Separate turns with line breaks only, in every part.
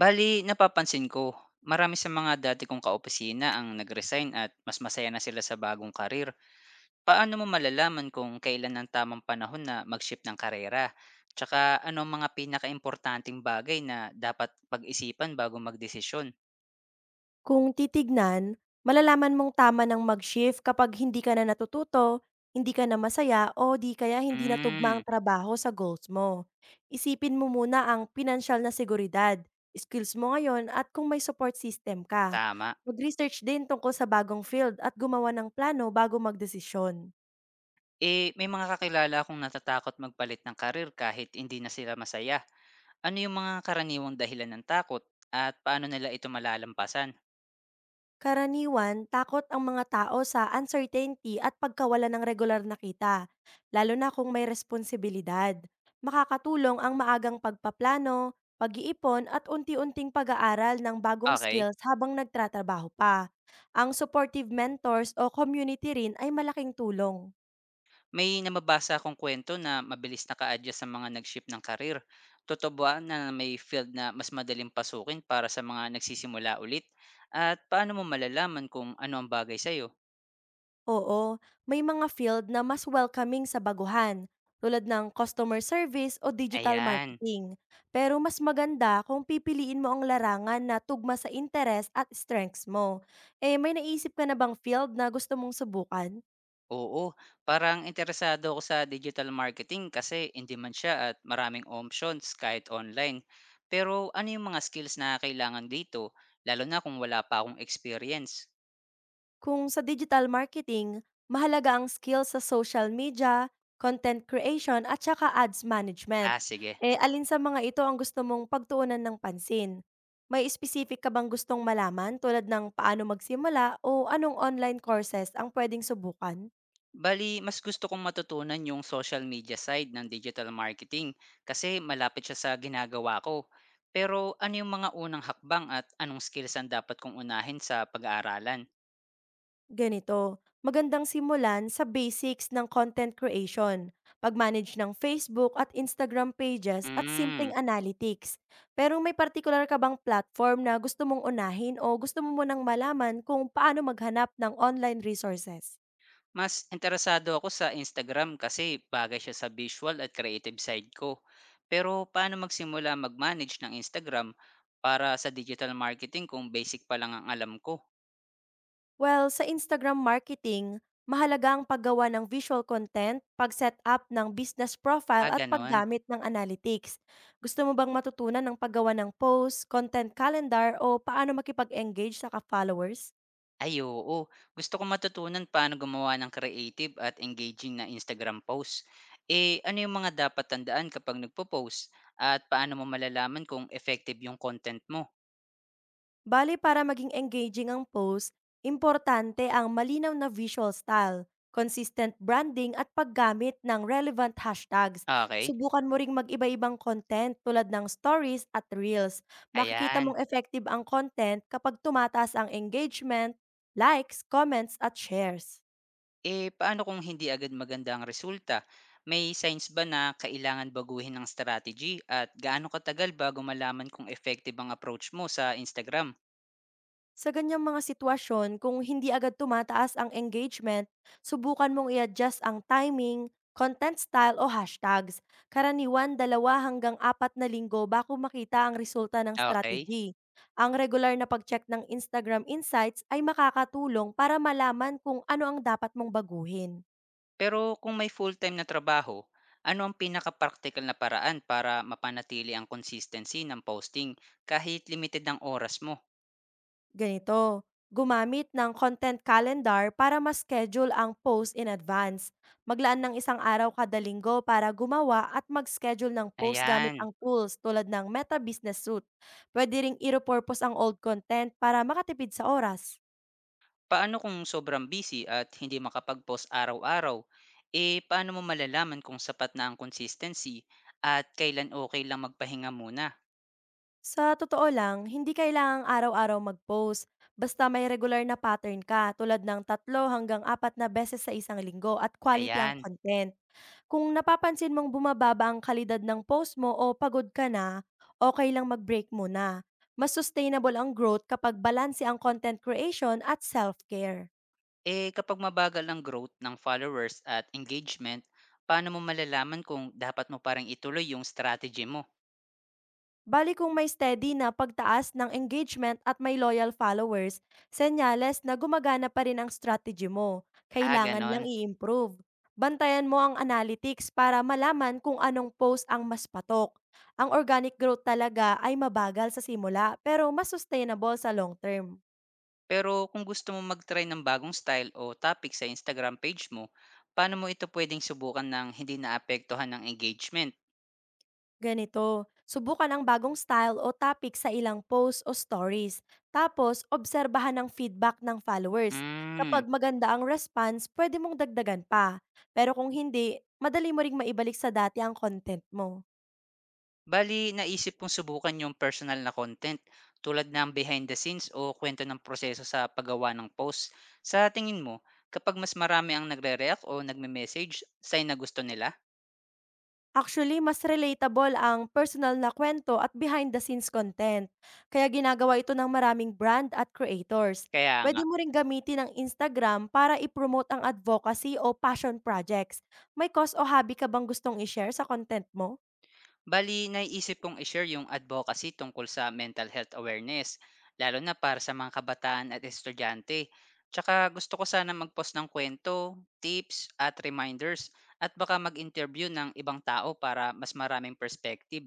Bale, napapansin ko, marami sa mga dati kong kaopisina ang nag-resign at mas masaya na sila sa bagong karir. Paano mo malalaman kung kailan ang tamang panahon na mag-shift ng karera? Tsaka ano ang mga pinakaimportanteng bagay na dapat pag-isipan bago magdesisyon?
Kung titignan, malalaman mong tama ng mag-shift kapag hindi ka na natututo, hindi ka na masaya o di kaya hindi na tugma
Hmm,
ang trabaho sa goals mo. Isipin mo muna ang pinansyal na seguridad, skills mo ngayon at kung may support system ka.
tama.
Mag-research din tungkol sa bagong field at gumawa ng plano bago magdesisyon.
Eh, may mga kakilala akong natatakot magpalit ng karir kahit hindi na sila masaya. Ano yung mga karaniwang dahilan ng takot at paano nila ito malalampasan?
Karaniwan, takot ang mga tao sa uncertainty at pagkawala ng regular na kita, lalo na kung may responsibilidad. Makakatulong ang maagang pagpaplano, pag-iipon at unti-unting pag-aaral ng bagong
Okay.
skills habang nagtratrabaho pa. Ang supportive mentors o community rin ay malaking tulong.
May namabasa akong kwento na mabilis naka-adjust sa mga nag-shift ng karir. Totoo ba na may field na mas madaling pasukin para sa mga nagsisimula ulit? At paano mo malalaman kung ano ang bagay sa'yo?
Oo, may mga field na mas welcoming sa baguhan, tulad ng customer service o digital
Ayan.
marketing. Pero mas maganda kung pipiliin mo ang larangan na tugma sa interes at strengths mo. Eh, may naisip ka na bang field na gusto mong subukan?
Oo, parang interesado ako sa digital marketing kasi in demand siya at maraming options kahit online. Pero ano yung mga skills na kailangan dito, lalo na kung wala pa akong experience?
Kung sa digital marketing, mahalaga ang skill sa social media, content creation at saka ads
Ah,
management.
sige.
Eh alin sa mga ito ang gusto mong pagtuunan ng pansin? May specific ka bang gustong malaman tulad ng paano magsimula o anong online courses ang pwedeng subukan?
Bali mas gusto kong matutunan yung social media side ng digital marketing kasi malapit siya sa ginagawa ko. Pero ano yung mga unang hakbang at anong skills ang dapat kong unahin sa pag-aaralan?
Ganito, magandang simulan sa basics ng content creation, pag-manage ng Facebook at Instagram pages at
Mm,
simpleng analytics. Pero may particular ka bang platform na gusto mong unahin o gusto mo munang malaman kung paano maghanap ng online resources?
mas interesado ako sa Instagram kasi bagay siya sa visual at creative side ko. Pero paano magsimula mag-manage ng Instagram para sa digital marketing kung basic pa lang ang alam ko?
Well, sa Instagram marketing, mahalaga ang paggawa ng visual content, pag-set up ng business profile
Ah,
at
ganon.
paggamit ng analytics. Gusto mo bang matutunan ng paggawa ng post, content calendar o paano makipag-engage sa ka-followers?
Ay, oo. Gusto ko matutunan paano gumawa ng creative at engaging na Instagram post. Eh, ano yung mga dapat tandaan kapag nagpo-post? At paano mo malalaman kung effective yung content mo?
Bale para maging engaging ang post, importante ang malinaw na visual style, consistent branding at paggamit ng relevant hashtags.
Okay,
Subukan mo ring mag-iba-ibang content tulad ng stories at reels. Makikita
ayan.
mong effective ang content kapag tumataas ang engagement, likes, comments at shares.
Eh, paano kung hindi agad maganda ang resulta? May signs ba na kailangan baguhin ng strategy? At gaano katagal bago malaman kung effective ang approach mo sa Instagram?
Sa ganyang mga sitwasyon, kung hindi agad tumataas ang engagement, subukan mong i-adjust ang timing, content style o hashtags. Karaniwan, 2 hanggang 4 na linggo bago makita ang resulta ng
Okay.
strategy. Ang regular na pag-check ng Instagram Insights ay makakatulong para malaman kung ano ang dapat mong baguhin.
Pero kung may full-time na trabaho, ano ang pinaka practical na paraan para mapanatili ang consistency ng posting kahit limited ang oras mo?
Ganito, gumamit ng content calendar para ma-schedule ang post in advance. Maglaan ng isang araw kada linggo para gumawa at mag-schedule ng post gamit
Ayan.
ang tools tulad ng Meta Business Suite. Pwede ring i-repurpose ang old content para makatipid sa oras.
Paano kung sobrang busy at hindi makapag-post araw-araw? Eh, paano mo malalaman kung sapat na ang consistency at kailan okay lang magpahinga muna?
Sa totoo lang, hindi kailangang araw-araw mag-post. Basta may regular na pattern ka tulad ng 3 hanggang 4 na beses sa isang linggo at quality ang
Ayan.
content. Kung napapansin mong bumababa ang kalidad ng post mo o pagod ka na, okay lang mag-break muna. Mas sustainable ang growth kapag balanse ang content creation at self-care.
Eh, kapag mabagal ang growth ng followers at engagement, paano mo malalaman kung dapat mo parang ituloy yung strategy mo?
Bali kung may steady na pagtaas ng engagement at may loyal followers, senyales na gumagana pa rin ang strategy mo.
Ah,
Kailangan lang
ganon.
i-improve. Bantayan mo ang analytics para malaman kung anong post ang mas patok. Ang organic growth talaga ay mabagal sa simula pero mas sustainable sa long term.
Pero kung gusto mo mag-try ng bagong style o topic sa Instagram page mo, paano mo ito pwedeng subukan ng hindi naapektuhan ng engagement?
Ganito, subukan ang bagong style o topic sa ilang posts o stories. Tapos, obserbahan ang feedback ng followers.
Hmm,
Kapag maganda ang response, pwede mong dagdagan pa. Pero kung hindi, madali mo ring maibalik sa dati ang content mo.
bali naisip kong subukan yung personal na content tulad ng behind the scenes o kwento ng proseso sa paggawa ng post. Sa tingin mo, kapag mas marami ang nagre-react o nagme-message, sign na gusto nila?
Actually, mas relatable ang personal na kwento at behind the scenes content. Kaya ginagawa ito ng maraming brand at creators.
Kaya nga.
Pwede mo ring gamitin ang Instagram para i-promote ang advocacy o passion projects. May cause o hobby ka bang gustong i-share sa content mo?
Bali, naiisip kong i-share yung advocacy tungkol sa mental health awareness, lalo na para sa mga kabataan at estudyante. Tsaka gusto ko sana mag-post ng kwento, tips, at reminders, at baka mag-interview ng ibang tao para mas maraming perspective.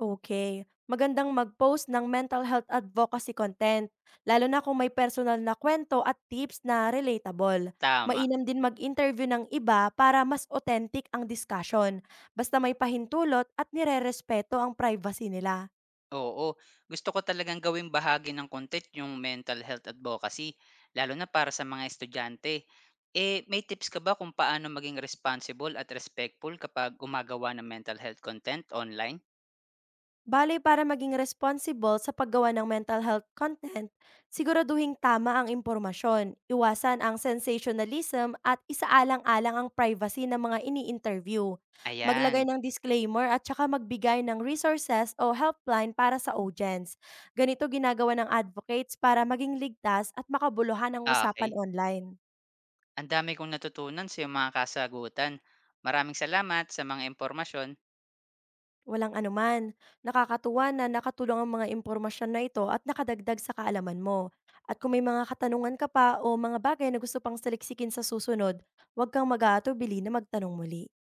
Okay, magandang mag-post ng mental health advocacy content, lalo na kung may personal na kwento at tips na relatable.
Tama.
Mainam din mag-interview ng iba para mas authentic ang discussion, basta may pahintulot at nire-respeto ang privacy nila.
Oo. Gusto ko talagang gawing bahagi ng content yung mental health advocacy, lalo na para sa mga estudyante. Eh, may tips ka ba kung paano maging responsible at respectful kapag gumagawa ng mental health content online?
Bale, para maging responsible sa paggawa ng mental health content, siguraduhing tama ang impormasyon, iwasan ang sensationalism at isaalang-alang ang privacy ng mga ini-interview.
Ayan.
Maglagay ng disclaimer at saka magbigay ng resources o helpline para sa audience. Ganito ginagawa ng advocates para maging ligtas at makabuluhan ang
Ah,
usapan
okay.
online.
Ang dami kong natutunan sa iyong mga kasagutan. Maraming salamat sa mga impormasyon.
Walang anuman. Nakakatuwa na nakatulong ang mga impormasyon na ito at nakadagdag sa kaalaman mo. At kung may mga katanungan ka pa o mga bagay na gusto pang saliksikin sa susunod, huwag kang mag-aatubili na magtanong muli.